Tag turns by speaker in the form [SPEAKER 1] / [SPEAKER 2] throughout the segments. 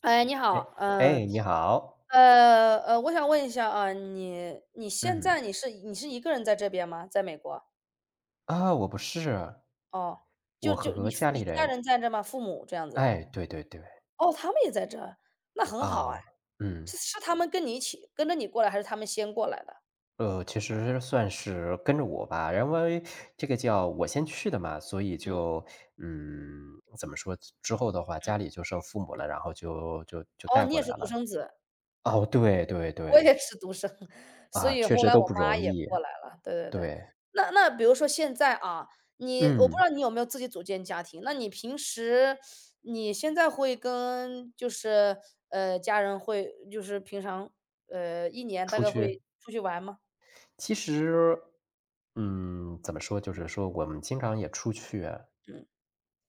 [SPEAKER 1] 哎，你
[SPEAKER 2] 哎，
[SPEAKER 1] 好，
[SPEAKER 2] 哎，你好。
[SPEAKER 1] 我想问一下啊，你现
[SPEAKER 2] 嗯。
[SPEAKER 1] 在你是一个人在这边吗？在美国？
[SPEAKER 2] 啊，我不是，
[SPEAKER 1] 哦，
[SPEAKER 2] 我
[SPEAKER 1] 就
[SPEAKER 2] 和
[SPEAKER 1] 你
[SPEAKER 2] 家里
[SPEAKER 1] 你家
[SPEAKER 2] 人。
[SPEAKER 1] 人在这吗？父母这样子？
[SPEAKER 2] 哎，对对对，
[SPEAKER 1] 哦，他们也在这儿。那很好哎。
[SPEAKER 2] 啊，嗯，
[SPEAKER 1] 是他们跟你一起跟着你过来，还是他们先过来的？
[SPEAKER 2] 其实算是跟着我吧，因为这个叫我先去的嘛，所以就，嗯，怎么说，之后的话家里就剩父母了，然后就
[SPEAKER 1] 哦，
[SPEAKER 2] 带
[SPEAKER 1] 你
[SPEAKER 2] 过
[SPEAKER 1] 也
[SPEAKER 2] 来
[SPEAKER 1] 是独
[SPEAKER 2] 了。
[SPEAKER 1] 生子。
[SPEAKER 2] 哦，对对
[SPEAKER 1] 我
[SPEAKER 2] 对，
[SPEAKER 1] 也是独生，所
[SPEAKER 2] 啊，
[SPEAKER 1] 以
[SPEAKER 2] 确
[SPEAKER 1] 后
[SPEAKER 2] 实
[SPEAKER 1] 来
[SPEAKER 2] 都
[SPEAKER 1] 我
[SPEAKER 2] 不
[SPEAKER 1] 妈
[SPEAKER 2] 容
[SPEAKER 1] 也
[SPEAKER 2] 易，
[SPEAKER 1] 过来了，对对对。
[SPEAKER 2] 对，
[SPEAKER 1] 那比如说现在啊，你我不知
[SPEAKER 2] 嗯，
[SPEAKER 1] 道你有没有自己组建家庭，那你平时你现在会跟就是，家人会就是平常，一年大
[SPEAKER 2] 出
[SPEAKER 1] 概
[SPEAKER 2] 去，
[SPEAKER 1] 会出去玩吗？
[SPEAKER 2] 其实，嗯，怎么说，就是说我们经常也出去。
[SPEAKER 1] 嗯，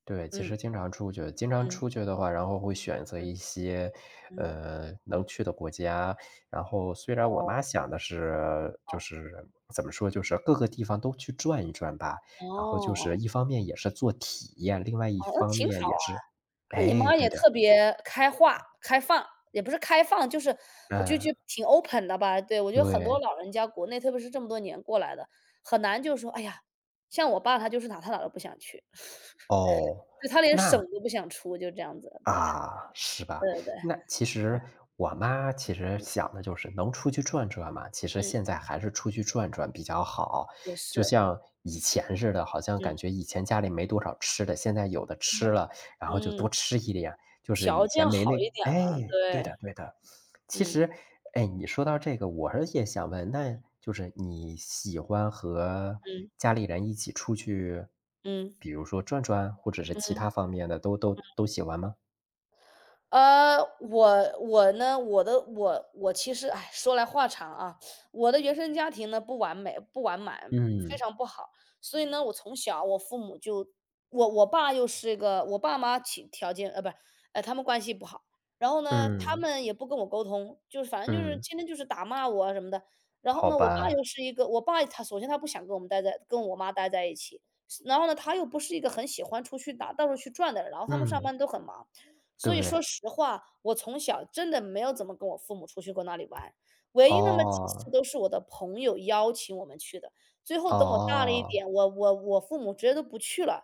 [SPEAKER 2] 对，其
[SPEAKER 1] 嗯，
[SPEAKER 2] 实经常出去，经常
[SPEAKER 1] 嗯，
[SPEAKER 2] 出去的话，然后会选择一些，
[SPEAKER 1] 嗯。
[SPEAKER 2] 能去的国家。然后虽然我妈
[SPEAKER 1] 哦，
[SPEAKER 2] 想的是，就是怎么说，就是各个地方都去转一转吧。然后就
[SPEAKER 1] 哦，
[SPEAKER 2] 是一方面也是做体验，另外一
[SPEAKER 1] 哦，那
[SPEAKER 2] 方
[SPEAKER 1] 挺
[SPEAKER 2] 面
[SPEAKER 1] 好。
[SPEAKER 2] 也是
[SPEAKER 1] 那你
[SPEAKER 2] 哎，
[SPEAKER 1] 妈
[SPEAKER 2] 对
[SPEAKER 1] 也
[SPEAKER 2] 的，
[SPEAKER 1] 特别开化开放，也不是开放，就是我就
[SPEAKER 2] 嗯，
[SPEAKER 1] 觉得挺 open 的吧。对，我觉得很
[SPEAKER 2] 对，
[SPEAKER 1] 多老人家国内，特别是这么多年过来的，很难就是说，哎呀，像我爸他就是哪他哪都不想去，
[SPEAKER 2] 哦，
[SPEAKER 1] 就他连省
[SPEAKER 2] 那
[SPEAKER 1] 都不想出，就这样子，对，
[SPEAKER 2] 啊，是吧？
[SPEAKER 1] 对对对，
[SPEAKER 2] 那其
[SPEAKER 1] 嗯
[SPEAKER 2] 实我妈其实
[SPEAKER 1] 嗯
[SPEAKER 2] 想的就是能出去转转嘛，其实
[SPEAKER 1] 嗯，
[SPEAKER 2] 现在还是出去转转比较好。
[SPEAKER 1] 也
[SPEAKER 2] 就
[SPEAKER 1] 是，
[SPEAKER 2] 像以前似的，好像感
[SPEAKER 1] 嗯
[SPEAKER 2] 觉以前家里没多少吃的，现在有的吃了，然后就多
[SPEAKER 1] 嗯，
[SPEAKER 2] 吃一点。就是以
[SPEAKER 1] 条
[SPEAKER 2] 前
[SPEAKER 1] 件
[SPEAKER 2] 没那
[SPEAKER 1] 好一点
[SPEAKER 2] 哎，
[SPEAKER 1] 了，
[SPEAKER 2] 对的
[SPEAKER 1] 对，
[SPEAKER 2] 对的。其
[SPEAKER 1] 嗯
[SPEAKER 2] 实，哎，你说到这个，我是也想问，那就是你喜欢和
[SPEAKER 1] 嗯
[SPEAKER 2] 家里人一起出去，
[SPEAKER 1] 嗯
[SPEAKER 2] 比如说转转，或者是其
[SPEAKER 1] 嗯。
[SPEAKER 2] 他方面的，都喜欢吗？
[SPEAKER 1] 呃，我我呢，我的我我其实，哎，说来话长啊，我的原生家庭呢不完美、不完满，非
[SPEAKER 2] 嗯，
[SPEAKER 1] 常不好。所以呢，我从小我父母就，我爸妈其条件不是，他们关系不好。然后呢，他
[SPEAKER 2] 嗯，
[SPEAKER 1] 们也不跟我沟通，就是反正就是
[SPEAKER 2] 嗯，
[SPEAKER 1] 天天就是打骂我啊什么的。然后
[SPEAKER 2] 好
[SPEAKER 1] 呢，我
[SPEAKER 2] 吧，
[SPEAKER 1] 爸又是一个，我爸他首先他不想跟我妈待在一起。然后呢，他又不是一个很喜欢出去到处去转的人，然后他们上
[SPEAKER 2] 嗯，
[SPEAKER 1] 班都很忙。所以说
[SPEAKER 2] 对，
[SPEAKER 1] 实话，我从小真的没有怎么跟我父母出去过那里玩，唯一那么几次
[SPEAKER 2] 哦，
[SPEAKER 1] 都是我的朋友邀请我们去的。最后等我大了一
[SPEAKER 2] 哦，
[SPEAKER 1] 点，我父母直接都不去了，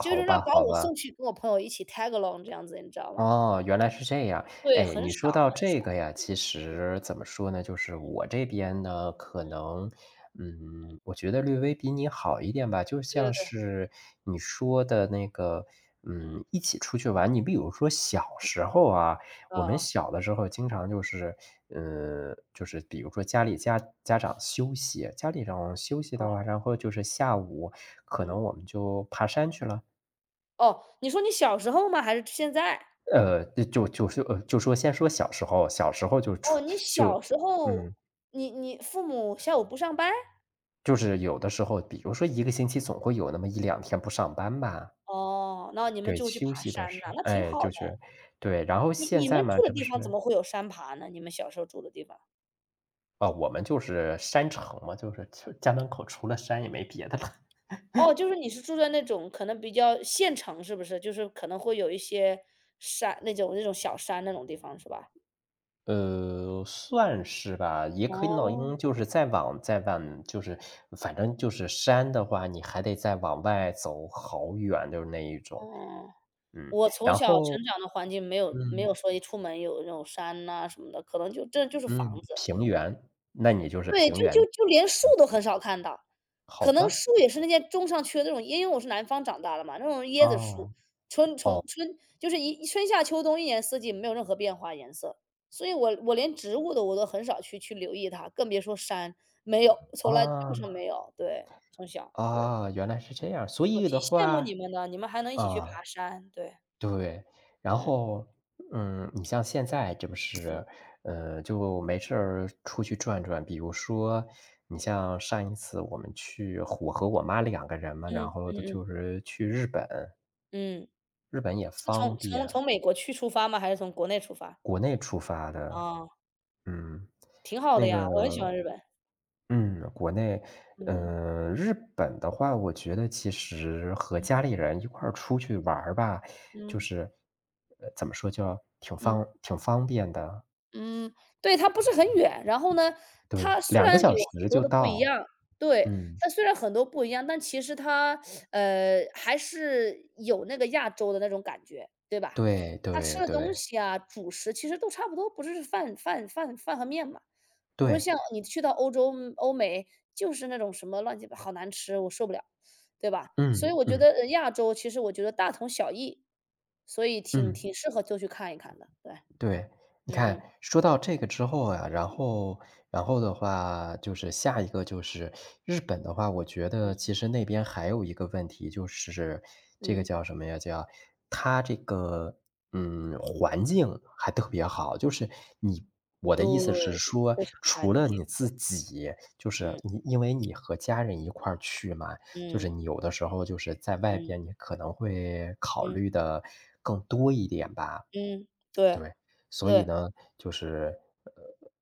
[SPEAKER 1] 就是让
[SPEAKER 2] 吧，
[SPEAKER 1] 把
[SPEAKER 2] 好
[SPEAKER 1] 我
[SPEAKER 2] 吧。
[SPEAKER 1] 送去跟我朋友一起 tag along 这样子，你知道吗？
[SPEAKER 2] 哦，原来是这样。
[SPEAKER 1] 对，
[SPEAKER 2] 哎，
[SPEAKER 1] 很
[SPEAKER 2] 你
[SPEAKER 1] 少，
[SPEAKER 2] 说到这个呀，其
[SPEAKER 1] 嗯，嗯，
[SPEAKER 2] 实怎么说呢，就是我这边呢，可
[SPEAKER 1] 嗯，
[SPEAKER 2] 能，嗯，我觉得略微比你好一点吧。就
[SPEAKER 1] 对
[SPEAKER 2] 像
[SPEAKER 1] 对对，
[SPEAKER 2] 是你说的那个，
[SPEAKER 1] 嗯，
[SPEAKER 2] 嗯，一起出去玩。你比如说小时候啊，
[SPEAKER 1] 哦
[SPEAKER 2] 我们
[SPEAKER 1] 哦，
[SPEAKER 2] 小的时候经常就是，就是比如说家里家家长休息，家里长休息
[SPEAKER 1] 哦，
[SPEAKER 2] 的话，然后就是下午可能
[SPEAKER 1] 嗯，
[SPEAKER 2] 我们就爬山去了。
[SPEAKER 1] 哦，你说你小时候吗？还是现在？
[SPEAKER 2] 呃，就就是呃，就说先说小时候，小时候就出
[SPEAKER 1] 哦，你
[SPEAKER 2] 就
[SPEAKER 1] 小时候，
[SPEAKER 2] 嗯，
[SPEAKER 1] 你父母下午不上班？
[SPEAKER 2] 就是有的时候，比如说一个星期总会有那么一两天不上班吧。
[SPEAKER 1] 哦，那你们
[SPEAKER 2] 对，
[SPEAKER 1] 就去
[SPEAKER 2] 休
[SPEAKER 1] 爬
[SPEAKER 2] 息
[SPEAKER 1] 山
[SPEAKER 2] 的时
[SPEAKER 1] 呐，
[SPEAKER 2] 候，
[SPEAKER 1] 那挺
[SPEAKER 2] 哎，
[SPEAKER 1] 好。
[SPEAKER 2] 就是对，然后现
[SPEAKER 1] 你
[SPEAKER 2] 在
[SPEAKER 1] 们
[SPEAKER 2] 嘛，
[SPEAKER 1] 住的
[SPEAKER 2] 这不
[SPEAKER 1] 地方怎
[SPEAKER 2] 是
[SPEAKER 1] 么会有山爬呢？你们小时候住的地方？
[SPEAKER 2] 啊，我们就是山城嘛，就是就家门口除了山也没别的了。
[SPEAKER 1] 哦，就是你是住在那种可能比较县城是不是？就是可能会有一些山，那种小山那种地方是吧？
[SPEAKER 2] 算是吧，也可以老
[SPEAKER 1] 哦，
[SPEAKER 2] 鹰就是再往就是反正就是山的话，你还得再往外走好远，就是那一种，
[SPEAKER 1] 哦，
[SPEAKER 2] 嗯，
[SPEAKER 1] 我从
[SPEAKER 2] 然
[SPEAKER 1] 小
[SPEAKER 2] 后
[SPEAKER 1] 成长的环境没有没
[SPEAKER 2] 嗯。
[SPEAKER 1] 有说一出门有那种山呐什么的，可能就是
[SPEAKER 2] 嗯，
[SPEAKER 1] 房子。
[SPEAKER 2] 平原，那你就是
[SPEAKER 1] 对，
[SPEAKER 2] 平
[SPEAKER 1] 就
[SPEAKER 2] 原
[SPEAKER 1] 就就连树
[SPEAKER 2] 嗯，
[SPEAKER 1] 都很少看到，
[SPEAKER 2] 好
[SPEAKER 1] 可能
[SPEAKER 2] 吧，
[SPEAKER 1] 树也是那些种上去的那种，因为我是南方长大的嘛，那种椰子树，
[SPEAKER 2] 哦，
[SPEAKER 1] 春从
[SPEAKER 2] 哦，
[SPEAKER 1] 春就是一春夏秋冬一年四季没有任何变化颜色，所以我连植物的我都很少去留意它，更别说山，没有，从来基
[SPEAKER 2] 啊，
[SPEAKER 1] 本上没有，对，从小，对，
[SPEAKER 2] 啊，原来是这样，所
[SPEAKER 1] 我
[SPEAKER 2] 以
[SPEAKER 1] 挺
[SPEAKER 2] 的
[SPEAKER 1] 羡慕
[SPEAKER 2] 话
[SPEAKER 1] 你们的，你们还能一起去
[SPEAKER 2] 啊，
[SPEAKER 1] 爬山，对，
[SPEAKER 2] 对，然
[SPEAKER 1] 嗯
[SPEAKER 2] 后，嗯，你像现在这不是，
[SPEAKER 1] 嗯
[SPEAKER 2] 就没事儿出去转转，比如说，你像上一次我们去我和我妈两个人嘛，
[SPEAKER 1] 嗯
[SPEAKER 2] 然后
[SPEAKER 1] 嗯
[SPEAKER 2] 的
[SPEAKER 1] 嗯
[SPEAKER 2] 就是去日本，
[SPEAKER 1] 嗯，
[SPEAKER 2] 日本也
[SPEAKER 1] 是
[SPEAKER 2] 方
[SPEAKER 1] 从从
[SPEAKER 2] 便，
[SPEAKER 1] 从美国去出发吗？还是从国内出发？
[SPEAKER 2] 国内出发的，
[SPEAKER 1] 啊，
[SPEAKER 2] 嗯，
[SPEAKER 1] 挺好的
[SPEAKER 2] 那个
[SPEAKER 1] 呀，我很喜欢日本。
[SPEAKER 2] 嗯，国内，
[SPEAKER 1] 嗯
[SPEAKER 2] 嗯，日本的话，我觉得其实和家里人一块儿出去玩儿吧，就
[SPEAKER 1] 嗯
[SPEAKER 2] 是，怎么说，就挺方
[SPEAKER 1] 嗯
[SPEAKER 2] 挺方便的，
[SPEAKER 1] 嗯，对，它不是很远，然后呢，
[SPEAKER 2] 对
[SPEAKER 1] 它虽
[SPEAKER 2] 两个
[SPEAKER 1] 然
[SPEAKER 2] 小
[SPEAKER 1] 有
[SPEAKER 2] 时
[SPEAKER 1] 很多
[SPEAKER 2] 就
[SPEAKER 1] 的不一
[SPEAKER 2] 到，
[SPEAKER 1] 样，对，
[SPEAKER 2] 嗯，
[SPEAKER 1] 它虽然很多不一样，但其实它，还是有那个亚洲的那种感觉，对吧？
[SPEAKER 2] 对
[SPEAKER 1] 它吃
[SPEAKER 2] 对
[SPEAKER 1] 的东
[SPEAKER 2] 对，
[SPEAKER 1] 西啊，主食其实都差不多，不是饭和面嘛，不是
[SPEAKER 2] 对，
[SPEAKER 1] 像你去到欧洲、欧美，就是那种什么乱七八好难吃，我受不了，对吧？所以
[SPEAKER 2] 嗯
[SPEAKER 1] 我觉
[SPEAKER 2] 嗯
[SPEAKER 1] 得，亚洲其实我觉得大同小异，所以挺
[SPEAKER 2] 嗯。
[SPEAKER 1] 挺适合就去看一看的，对。
[SPEAKER 2] 对，你
[SPEAKER 1] 嗯
[SPEAKER 2] 看
[SPEAKER 1] 嗯
[SPEAKER 2] 说到这个之后啊，然后的话，就是下一个就是日本的话，我觉
[SPEAKER 1] 嗯
[SPEAKER 2] 得其实那边还有一个问题，就是这个
[SPEAKER 1] 嗯，
[SPEAKER 2] 叫什么呀？叫它这个，嗯，环境还特别好。就是你我的意思是
[SPEAKER 1] 对，
[SPEAKER 2] 说，
[SPEAKER 1] 非常
[SPEAKER 2] 除
[SPEAKER 1] 干
[SPEAKER 2] 了
[SPEAKER 1] 净，
[SPEAKER 2] 你自己，就是
[SPEAKER 1] 嗯
[SPEAKER 2] 你因为你和家人一块儿去嘛，就是
[SPEAKER 1] 嗯
[SPEAKER 2] 你有的时候就是在外边，你
[SPEAKER 1] 嗯
[SPEAKER 2] 可能会考
[SPEAKER 1] 嗯
[SPEAKER 2] 虑的更多一点吧。
[SPEAKER 1] 嗯，对
[SPEAKER 2] 对，所以
[SPEAKER 1] 对，
[SPEAKER 2] 呢，就是，呃，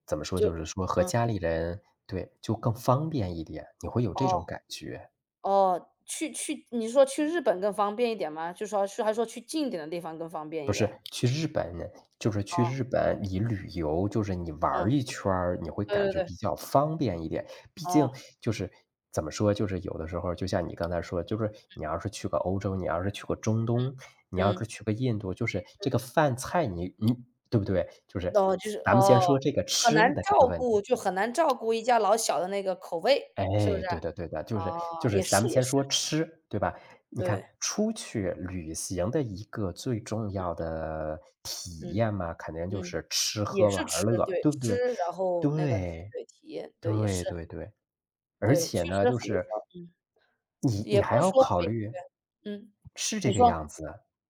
[SPEAKER 2] 怎么说，
[SPEAKER 1] 就
[SPEAKER 2] 就是说和
[SPEAKER 1] 嗯，
[SPEAKER 2] 家里人对，就更方便一点，你会有这
[SPEAKER 1] 哦
[SPEAKER 2] 种感觉。
[SPEAKER 1] 哦，去你说去日本更方便一点吗？就说去还说去近一点的地方更方便
[SPEAKER 2] 不
[SPEAKER 1] 一
[SPEAKER 2] 是，
[SPEAKER 1] 点？
[SPEAKER 2] 去日本就是去日本，你旅游就是你玩儿
[SPEAKER 1] 嗯，
[SPEAKER 2] 一圈儿你会感
[SPEAKER 1] 对对
[SPEAKER 2] 觉
[SPEAKER 1] 对，
[SPEAKER 2] 比较方便一点。毕竟
[SPEAKER 1] 哦，
[SPEAKER 2] 就是怎么说，就是有的时候就像你刚才说，就是你要是去个欧洲，你要是去个中东，你要是
[SPEAKER 1] 嗯，
[SPEAKER 2] 去个印度，就是这个饭菜你对不对？就是
[SPEAKER 1] 哦，就是
[SPEAKER 2] 咱们
[SPEAKER 1] 哦，
[SPEAKER 2] 先说这个吃的这个问题。
[SPEAKER 1] 很难照顾一家老小的那个口味，是不
[SPEAKER 2] 哎，
[SPEAKER 1] 是？
[SPEAKER 2] 对的对的，就是就
[SPEAKER 1] 哦，
[SPEAKER 2] 是
[SPEAKER 1] 也
[SPEAKER 2] 咱们
[SPEAKER 1] 是也
[SPEAKER 2] 先
[SPEAKER 1] 是，
[SPEAKER 2] 说吃，对吧？你看
[SPEAKER 1] 对，
[SPEAKER 2] 出去旅行的一个最重要的体
[SPEAKER 1] 嗯
[SPEAKER 2] 验嘛，肯定就
[SPEAKER 1] 嗯，
[SPEAKER 2] 是吃
[SPEAKER 1] 也
[SPEAKER 2] 喝玩
[SPEAKER 1] 是
[SPEAKER 2] 儿
[SPEAKER 1] 吃，
[SPEAKER 2] 乐，
[SPEAKER 1] 对，
[SPEAKER 2] 对不
[SPEAKER 1] 吃，
[SPEAKER 2] 对？
[SPEAKER 1] 然后那个
[SPEAKER 2] 对，
[SPEAKER 1] 对，体验，对，也
[SPEAKER 2] 对
[SPEAKER 1] 是。
[SPEAKER 2] 对对，而
[SPEAKER 1] 对，确
[SPEAKER 2] 且呢，
[SPEAKER 1] 实
[SPEAKER 2] 就
[SPEAKER 1] 很多时
[SPEAKER 2] 是
[SPEAKER 1] 候
[SPEAKER 2] 你
[SPEAKER 1] 也
[SPEAKER 2] 你
[SPEAKER 1] 不
[SPEAKER 2] 还
[SPEAKER 1] 是
[SPEAKER 2] 要
[SPEAKER 1] 说
[SPEAKER 2] 考
[SPEAKER 1] 每个
[SPEAKER 2] 虑
[SPEAKER 1] 月，嗯，
[SPEAKER 2] 是这
[SPEAKER 1] 你
[SPEAKER 2] 个
[SPEAKER 1] 说。
[SPEAKER 2] 样子，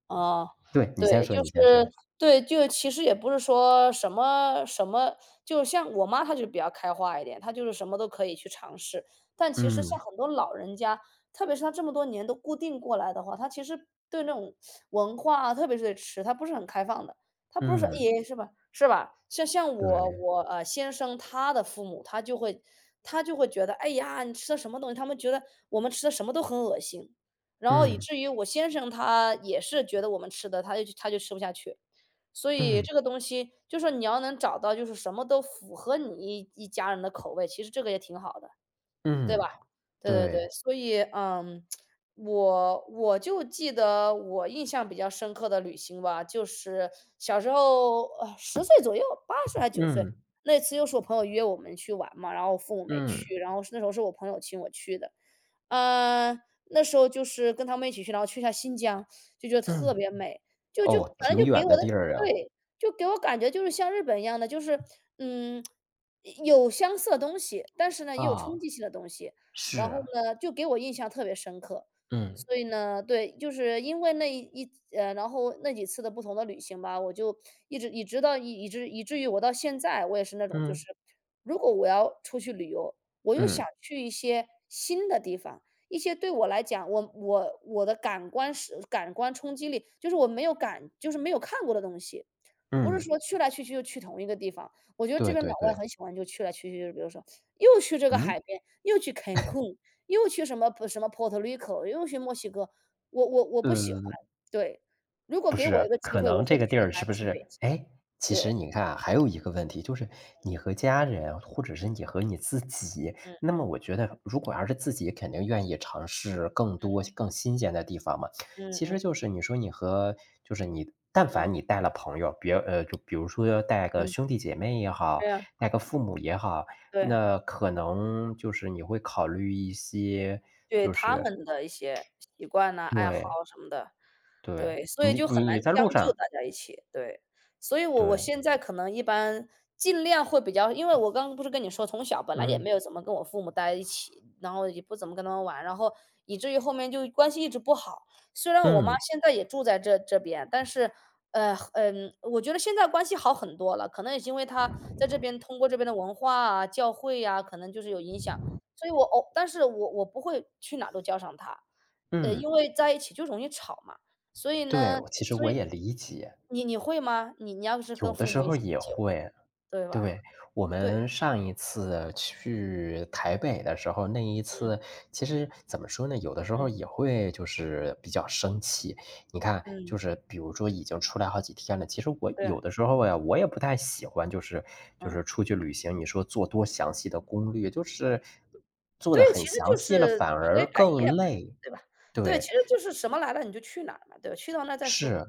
[SPEAKER 1] 哦，
[SPEAKER 2] 对，你先
[SPEAKER 1] 对，
[SPEAKER 2] 说
[SPEAKER 1] 就
[SPEAKER 2] 你先
[SPEAKER 1] 是
[SPEAKER 2] 说。
[SPEAKER 1] 对，就其实也不是说什么什么就像我妈她就比较开化一点，她就是什么都可以去尝试。但其实像
[SPEAKER 2] 嗯，
[SPEAKER 1] 很多老人家，特别是她这么多年都固定过来的话，她其实对那种文化啊，特别是对吃，她不是很开放的。她不是说
[SPEAKER 2] 嗯，
[SPEAKER 1] 诶是吧是吧？像我
[SPEAKER 2] 对，
[SPEAKER 1] 我，先生他的父母，他就会觉得："哎呀，你吃的什么东西？"他们觉得我们吃的什么都很恶心。然后以
[SPEAKER 2] 嗯，
[SPEAKER 1] 至于我先生他也是觉得我们吃的，他就吃不下去。所以
[SPEAKER 2] 嗯，
[SPEAKER 1] 这个东西就说你要能找到就是什么都符合你一家人的口味，其实这个也挺好的，对吧？
[SPEAKER 2] 嗯，
[SPEAKER 1] 对对对，
[SPEAKER 2] 对，
[SPEAKER 1] 所以，嗯，我就记得我印象比较深刻的旅行吧，就是小时候，10岁左右8岁还9岁，
[SPEAKER 2] 嗯，
[SPEAKER 1] 那次又是我朋友约我们去玩嘛，然后我父母没
[SPEAKER 2] 嗯，
[SPEAKER 1] 去，然后是那时候是我朋友请我去的。呃，那时候就是跟他们一起去，然后去一下新疆，就觉得特
[SPEAKER 2] 嗯，
[SPEAKER 1] 别美，就
[SPEAKER 2] 哦，
[SPEAKER 1] 反正
[SPEAKER 2] 挺
[SPEAKER 1] 就给
[SPEAKER 2] 远
[SPEAKER 1] 我
[SPEAKER 2] 的
[SPEAKER 1] 的
[SPEAKER 2] 地儿啊，
[SPEAKER 1] 对，就给我感觉就是像日本一样的，就是，嗯，有相似的东西，但是呢，也有冲
[SPEAKER 2] 啊。
[SPEAKER 1] 击性的东西，然后
[SPEAKER 2] 是，
[SPEAKER 1] 呢，就给我印象特别深刻。
[SPEAKER 2] 嗯，
[SPEAKER 1] 所以呢，对，就是因为那一一呃，然后那几次的不同的旅行吧，我就一直到以至于我到现在，我也是那种就
[SPEAKER 2] 嗯，
[SPEAKER 1] 是，如果我要出去旅游，我又
[SPEAKER 2] 嗯，
[SPEAKER 1] 想去一些新的地方。一些对我来讲，我的感官冲击力，就是我没有感就是没有看过的东西，不是
[SPEAKER 2] 嗯，
[SPEAKER 1] 说去来去去就去同一个地方。我觉得这
[SPEAKER 2] 对
[SPEAKER 1] 边
[SPEAKER 2] 对
[SPEAKER 1] 老外
[SPEAKER 2] 对，
[SPEAKER 1] 很喜欢就去来去去，比如说又去这个
[SPEAKER 2] 嗯？
[SPEAKER 1] 海边，又去 Cancun，又去什么什么 Puerto Rico，又去墨西哥，我不喜欢。
[SPEAKER 2] 呃
[SPEAKER 1] 对，如果
[SPEAKER 2] 不
[SPEAKER 1] 给我
[SPEAKER 2] 是，
[SPEAKER 1] 一个机
[SPEAKER 2] 可
[SPEAKER 1] 会，我
[SPEAKER 2] 能
[SPEAKER 1] 会
[SPEAKER 2] 这个地
[SPEAKER 1] 去
[SPEAKER 2] 儿
[SPEAKER 1] 南
[SPEAKER 2] 是不
[SPEAKER 1] 极北
[SPEAKER 2] 是
[SPEAKER 1] 极。
[SPEAKER 2] 哎，其实
[SPEAKER 1] 对，
[SPEAKER 2] 你看啊还有一个问题，就是你和家人或者是你和你自己，那么我觉得如果要是自己肯定愿意尝试更多更新鲜的地方嘛。其实就是你说你和就是你但
[SPEAKER 1] 嗯，
[SPEAKER 2] 凡你带了朋友，别呃，就比如说带个兄弟姐妹也好，
[SPEAKER 1] 对呀，
[SPEAKER 2] 带个父母也好，
[SPEAKER 1] 对。
[SPEAKER 2] 那可能就是你会考虑一些
[SPEAKER 1] 对，
[SPEAKER 2] 就
[SPEAKER 1] 他
[SPEAKER 2] 是
[SPEAKER 1] 们的一些习惯呐、爱好
[SPEAKER 2] 对，
[SPEAKER 1] 什么的，
[SPEAKER 2] 对，
[SPEAKER 1] 对，所以
[SPEAKER 2] 你，
[SPEAKER 1] 就
[SPEAKER 2] 你
[SPEAKER 1] 很难
[SPEAKER 2] 你在
[SPEAKER 1] 将
[SPEAKER 2] 路
[SPEAKER 1] 就
[SPEAKER 2] 上
[SPEAKER 1] 大家一起，对。所以我
[SPEAKER 2] 对，
[SPEAKER 1] 现在可能一般尽量会比较，因为我刚刚不是跟你说，从小本来也
[SPEAKER 2] 嗯。
[SPEAKER 1] 没有怎么跟我父母待一起，然后也不怎么跟他们玩，然后以至于后面就关系一直不好。虽然我妈
[SPEAKER 2] 嗯
[SPEAKER 1] 现在也住在这边，但是，我觉得现在关系好很多了，可能也是因为她在这边通过这边的文化啊、教会呀，可能就是有影响。所以但是我不会去哪都叫上他，因
[SPEAKER 2] 嗯，
[SPEAKER 1] 为在一起就容易吵嘛。所以
[SPEAKER 2] 对，
[SPEAKER 1] 呢
[SPEAKER 2] 我其实
[SPEAKER 1] 所
[SPEAKER 2] 我
[SPEAKER 1] 以
[SPEAKER 2] 也理解。
[SPEAKER 1] 你会吗？你要是跟父母一起久，对吧？
[SPEAKER 2] 对，我
[SPEAKER 1] 对，
[SPEAKER 2] 们上一次去台北的时候，那一次
[SPEAKER 1] 嗯
[SPEAKER 2] 其实怎么说呢，有的时候
[SPEAKER 1] 嗯
[SPEAKER 2] 也会就是比较生气。你看，就
[SPEAKER 1] 嗯，
[SPEAKER 2] 是比如说已经出来好几天了，其实我
[SPEAKER 1] 对
[SPEAKER 2] 有
[SPEAKER 1] 啊
[SPEAKER 2] 的时候呀，我也不太喜欢，就是就
[SPEAKER 1] 嗯。
[SPEAKER 2] 是出去旅行，你说做多详细的攻略，就是做
[SPEAKER 1] 对，
[SPEAKER 2] 的
[SPEAKER 1] 其
[SPEAKER 2] 很
[SPEAKER 1] 实
[SPEAKER 2] 详
[SPEAKER 1] 就
[SPEAKER 2] 细了，
[SPEAKER 1] 是
[SPEAKER 2] 反
[SPEAKER 1] 除
[SPEAKER 2] 而
[SPEAKER 1] 非百
[SPEAKER 2] 更
[SPEAKER 1] 业嘛，
[SPEAKER 2] 累。
[SPEAKER 1] 对吧？对，其
[SPEAKER 2] 对，
[SPEAKER 1] 实就是什么来了你就去哪儿嘛，对吧？去到那儿再说，
[SPEAKER 2] 是，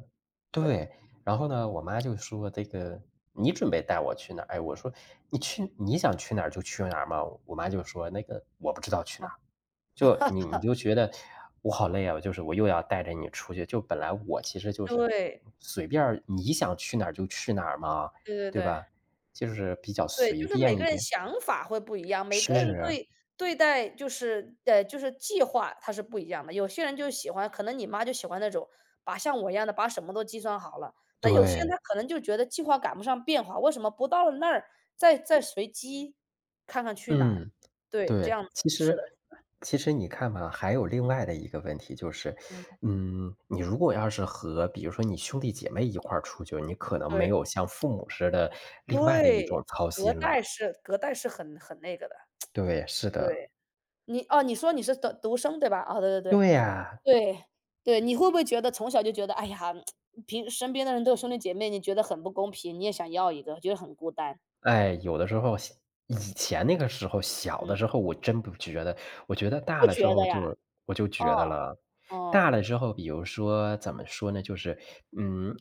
[SPEAKER 1] 对，
[SPEAKER 2] 对。然后呢，我妈就说：“这个你准备带我去哪儿？”哎，我说：“你去你想去哪儿就去哪儿嘛。”我妈就说：“那个我不知道去哪
[SPEAKER 1] 啊，
[SPEAKER 2] 儿。”就你就觉得我好累啊，就是我又要带着你出去，就本来我其实就是
[SPEAKER 1] 对，
[SPEAKER 2] 随便儿你想去哪儿就去哪儿嘛，
[SPEAKER 1] 对对
[SPEAKER 2] 对
[SPEAKER 1] 对。
[SPEAKER 2] 吧？就是比较
[SPEAKER 1] 对，
[SPEAKER 2] 随
[SPEAKER 1] 就是每
[SPEAKER 2] 便
[SPEAKER 1] 个
[SPEAKER 2] 一
[SPEAKER 1] 人
[SPEAKER 2] 点。
[SPEAKER 1] 想法会不一样，每个人
[SPEAKER 2] 是，
[SPEAKER 1] 对对待就是就是计划它是不一样的。有些人就喜欢，可能你妈就喜欢那种把像我一样的把什么都计算好了，但有些
[SPEAKER 2] 对，
[SPEAKER 1] 人他可能就觉得计划赶不上变化，为什么不到了那儿再随机看看去哪儿？
[SPEAKER 2] 嗯。
[SPEAKER 1] 对，这
[SPEAKER 2] 对，
[SPEAKER 1] 样子，
[SPEAKER 2] 其
[SPEAKER 1] 是
[SPEAKER 2] 实
[SPEAKER 1] 的，
[SPEAKER 2] 其实你看吧，还有另外的一个问题就是，
[SPEAKER 1] 嗯，
[SPEAKER 2] 嗯，你如果要是和比如说你兄弟姐妹一块儿出去，你可能没
[SPEAKER 1] 对
[SPEAKER 2] 有像父母似的另外的一
[SPEAKER 1] 对，
[SPEAKER 2] 种操
[SPEAKER 1] 隔
[SPEAKER 2] 心
[SPEAKER 1] 代
[SPEAKER 2] 了。
[SPEAKER 1] 是隔代是很那个的，
[SPEAKER 2] 对，是的，
[SPEAKER 1] 对。你哦，你说你是读独生对吧？哦，对对对。
[SPEAKER 2] 对呀。
[SPEAKER 1] 对，对，你会不会觉得从小就觉得，哎呀，平身边的人都有兄弟姐妹，你觉得很不公平，你也想要一个，觉得很孤单？
[SPEAKER 2] 哎，有的时候以前那个时候，小的
[SPEAKER 1] 嗯，
[SPEAKER 2] 时候我真不觉得，我觉得大
[SPEAKER 1] 不
[SPEAKER 2] 了
[SPEAKER 1] 觉
[SPEAKER 2] 之后
[SPEAKER 1] 得呀，
[SPEAKER 2] 就我就觉得
[SPEAKER 1] 哦，
[SPEAKER 2] 了。
[SPEAKER 1] 哦，
[SPEAKER 2] 大了之后，比如说怎么说呢，就是嗯，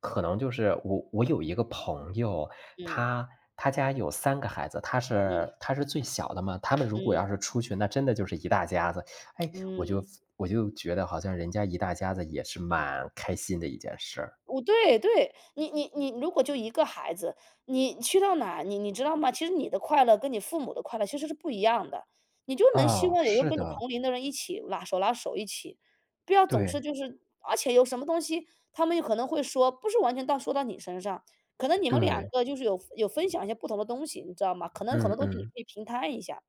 [SPEAKER 2] 可能就是我有一个朋友，
[SPEAKER 1] 嗯，
[SPEAKER 2] 他家有三个孩子，他
[SPEAKER 1] 嗯，
[SPEAKER 2] 是他是最小的嘛，他们如果
[SPEAKER 1] 嗯，
[SPEAKER 2] 要是出去，那真的就是一大家子。哎，
[SPEAKER 1] 嗯
[SPEAKER 2] 我就
[SPEAKER 1] 嗯。
[SPEAKER 2] 觉得好像人家一大家子也是蛮开心的一件事儿。
[SPEAKER 1] 我对对，你如果就一个孩子，你去到哪，你知道吗？其实你的快乐跟你父母的快乐其实是不一样的，你就能希
[SPEAKER 2] 哦，
[SPEAKER 1] 望有一个
[SPEAKER 2] 是
[SPEAKER 1] 跟你
[SPEAKER 2] 的，
[SPEAKER 1] 同龄的人一起拉手拉手一起，不要总是
[SPEAKER 2] 对，
[SPEAKER 1] 就是而且有什么东西，他们有可能会说，不是完全到说到你身上，可能你们两
[SPEAKER 2] 对，
[SPEAKER 1] 个就是有分享一些不同的东西，你知道吗？可能很
[SPEAKER 2] 嗯
[SPEAKER 1] 多东西你可
[SPEAKER 2] 嗯。
[SPEAKER 1] 以平摊一下。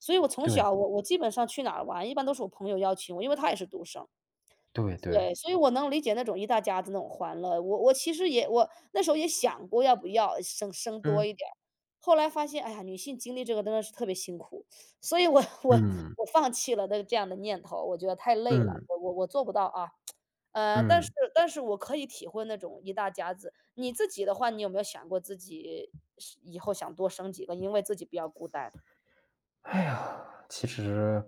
[SPEAKER 1] 所以我从
[SPEAKER 2] 对，
[SPEAKER 1] 小我基本上去哪儿玩，一般都是我朋友邀请我，因为他也是独生。
[SPEAKER 2] 对对。
[SPEAKER 1] 对，所以我能理解那种一大家子那种欢乐。我其实也我那时候也想过要不要生多
[SPEAKER 2] 嗯，
[SPEAKER 1] 一点儿，后来发现，哎呀，女性经历这个真的是特别辛苦，所以我 我
[SPEAKER 2] 嗯，
[SPEAKER 1] 我放弃了那这样的念头，我觉得太累了，
[SPEAKER 2] 嗯，
[SPEAKER 1] 我做不到啊。但是
[SPEAKER 2] 嗯。
[SPEAKER 1] 但是我可以体会那种一大家子。你自己的话，你有没有想过自己是以后想多生几个，因为自己比较孤单，
[SPEAKER 2] 哎呀，其实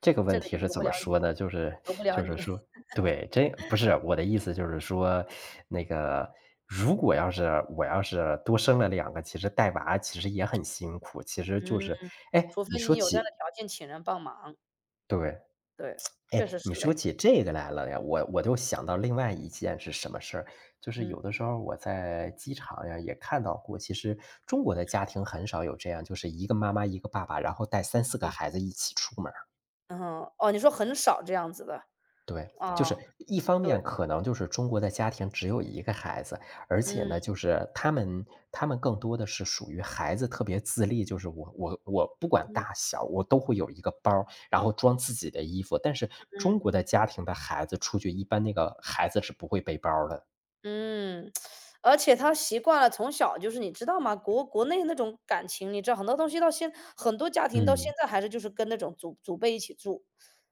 [SPEAKER 2] 这个问
[SPEAKER 1] 这个
[SPEAKER 2] 题
[SPEAKER 1] 也
[SPEAKER 2] 是
[SPEAKER 1] 由
[SPEAKER 2] 怎
[SPEAKER 1] 不
[SPEAKER 2] 么
[SPEAKER 1] 了你，
[SPEAKER 2] 说呢？就是
[SPEAKER 1] 由不了
[SPEAKER 2] 就是
[SPEAKER 1] 你。
[SPEAKER 2] 说对，这不是，我的意思就是说，那个如果要是我要是多生了两个，其实带娃其实也很辛苦，其实就
[SPEAKER 1] 嗯，
[SPEAKER 2] 是哎，
[SPEAKER 1] 除非
[SPEAKER 2] 你说
[SPEAKER 1] 你有这样的
[SPEAKER 2] 起
[SPEAKER 1] 条件请人帮忙。
[SPEAKER 2] 对。
[SPEAKER 1] 对，确
[SPEAKER 2] 哎，
[SPEAKER 1] 实
[SPEAKER 2] 你
[SPEAKER 1] 是
[SPEAKER 2] 说
[SPEAKER 1] 累，
[SPEAKER 2] 起这个来了呀，我就想到另外一件是什么事儿，就是有
[SPEAKER 1] 嗯，
[SPEAKER 2] 的时候我在机场呀也看到过，其实中国的家庭很少有这样，就是一个妈妈一个爸爸，然后带三四个孩子一起出门儿
[SPEAKER 1] 嗯后哦，你说很少这样子的，
[SPEAKER 2] 对，就是
[SPEAKER 1] 哦，
[SPEAKER 2] 一方
[SPEAKER 1] 对，
[SPEAKER 2] 面可能就是中国的家庭只有一个孩子，而且
[SPEAKER 1] 嗯，
[SPEAKER 2] 呢，就是他们更多的是属于孩子特别自立，就是我不管大
[SPEAKER 1] 嗯
[SPEAKER 2] 小，我都会有一个包儿然后装自己的衣服。但是中
[SPEAKER 1] 嗯。
[SPEAKER 2] 国的家庭的孩子出去，一般那个孩子是不会背包儿的。
[SPEAKER 1] 嗯，而且他习惯了从小就是你知道吗？国国内那种感情，你知道很多东西到现很多家庭到现
[SPEAKER 2] 嗯。
[SPEAKER 1] 在还是就是跟那种祖祖辈一起住，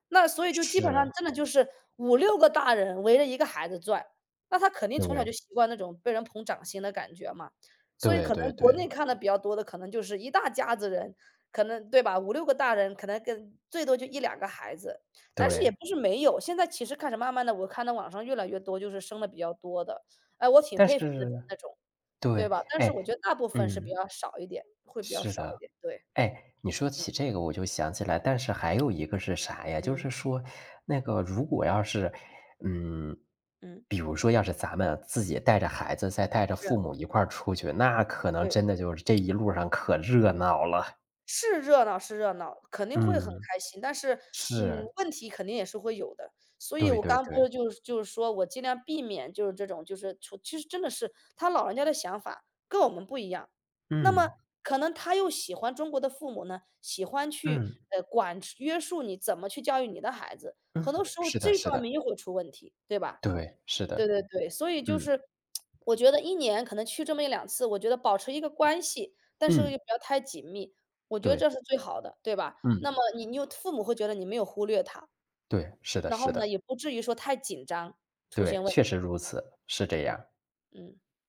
[SPEAKER 1] 那所以就基本上
[SPEAKER 2] 是，
[SPEAKER 1] 真的就是五六个大人围着一个孩子转，那他肯定从小
[SPEAKER 2] 对，
[SPEAKER 1] 就习惯那种被人捧掌心的感觉嘛。所以
[SPEAKER 2] 对
[SPEAKER 1] 可
[SPEAKER 2] 对
[SPEAKER 1] 能国
[SPEAKER 2] 对
[SPEAKER 1] 内看的比较多的，可能就是一大家子人，可能对吧五六个大人，可能跟最多就一两个孩子，但是也
[SPEAKER 2] 对，
[SPEAKER 1] 不是没有，现在其实开始慢慢的，我看到网上越来越多就是生的比较多的。哎，我挺
[SPEAKER 2] 但
[SPEAKER 1] 佩服那种
[SPEAKER 2] 是
[SPEAKER 1] 那种，对
[SPEAKER 2] 对，
[SPEAKER 1] 吧？但是我
[SPEAKER 2] 哎，
[SPEAKER 1] 觉得大部分是比
[SPEAKER 2] 嗯，
[SPEAKER 1] 较少一点，会比较
[SPEAKER 2] 是
[SPEAKER 1] 少一
[SPEAKER 2] 的。
[SPEAKER 1] 点，对，
[SPEAKER 2] 哎，你说起这个我就想起来，但是还有一个是啥呀？就
[SPEAKER 1] 嗯，
[SPEAKER 2] 是说，那个如果要是，嗯，
[SPEAKER 1] 嗯。
[SPEAKER 2] 比如说要是咱们自己带着孩子，再带着
[SPEAKER 1] 对
[SPEAKER 2] 父母一块儿出去，那可能
[SPEAKER 1] 对，
[SPEAKER 2] 真的就是这一路上可热闹了。
[SPEAKER 1] 是热闹是热闹，肯定会很
[SPEAKER 2] 嗯，
[SPEAKER 1] 开心，但是，嗯，
[SPEAKER 2] 是，
[SPEAKER 1] 问题肯定也是会有的。所以
[SPEAKER 2] 对
[SPEAKER 1] 我
[SPEAKER 2] 对
[SPEAKER 1] 刚不
[SPEAKER 2] 对，
[SPEAKER 1] 是就是就是说我尽量避免就是这种就是出其实真的是他老人家的想法跟我们不一样，那么
[SPEAKER 2] 嗯
[SPEAKER 1] 可能他又喜欢中国的父母呢，喜欢去，
[SPEAKER 2] 嗯
[SPEAKER 1] 管约束你怎么去教育你的孩子，很多
[SPEAKER 2] 嗯，
[SPEAKER 1] 时候
[SPEAKER 2] 是的，
[SPEAKER 1] 这
[SPEAKER 2] 是
[SPEAKER 1] 方
[SPEAKER 2] 的，
[SPEAKER 1] 面又会出问题，对吧？
[SPEAKER 2] 对，是
[SPEAKER 1] 对
[SPEAKER 2] 的，
[SPEAKER 1] 对对，所以就
[SPEAKER 2] 嗯
[SPEAKER 1] 是 我觉得一年可能去这么一两次，我觉得保持一个关系，但是又
[SPEAKER 2] 嗯，
[SPEAKER 1] 不要太紧密，我觉得
[SPEAKER 2] 对，
[SPEAKER 1] 这是最好的，对吧？
[SPEAKER 2] 嗯
[SPEAKER 1] 那么你又父母会觉得你没有忽略他，
[SPEAKER 2] 对，是的，
[SPEAKER 1] 然
[SPEAKER 2] 是
[SPEAKER 1] 后呢，
[SPEAKER 2] 的，
[SPEAKER 1] 也不至于说太紧张，出
[SPEAKER 2] 对，
[SPEAKER 1] 现问
[SPEAKER 2] 确实
[SPEAKER 1] 题，
[SPEAKER 2] 如此，是这
[SPEAKER 1] 嗯，
[SPEAKER 2] 样。
[SPEAKER 1] 嗯。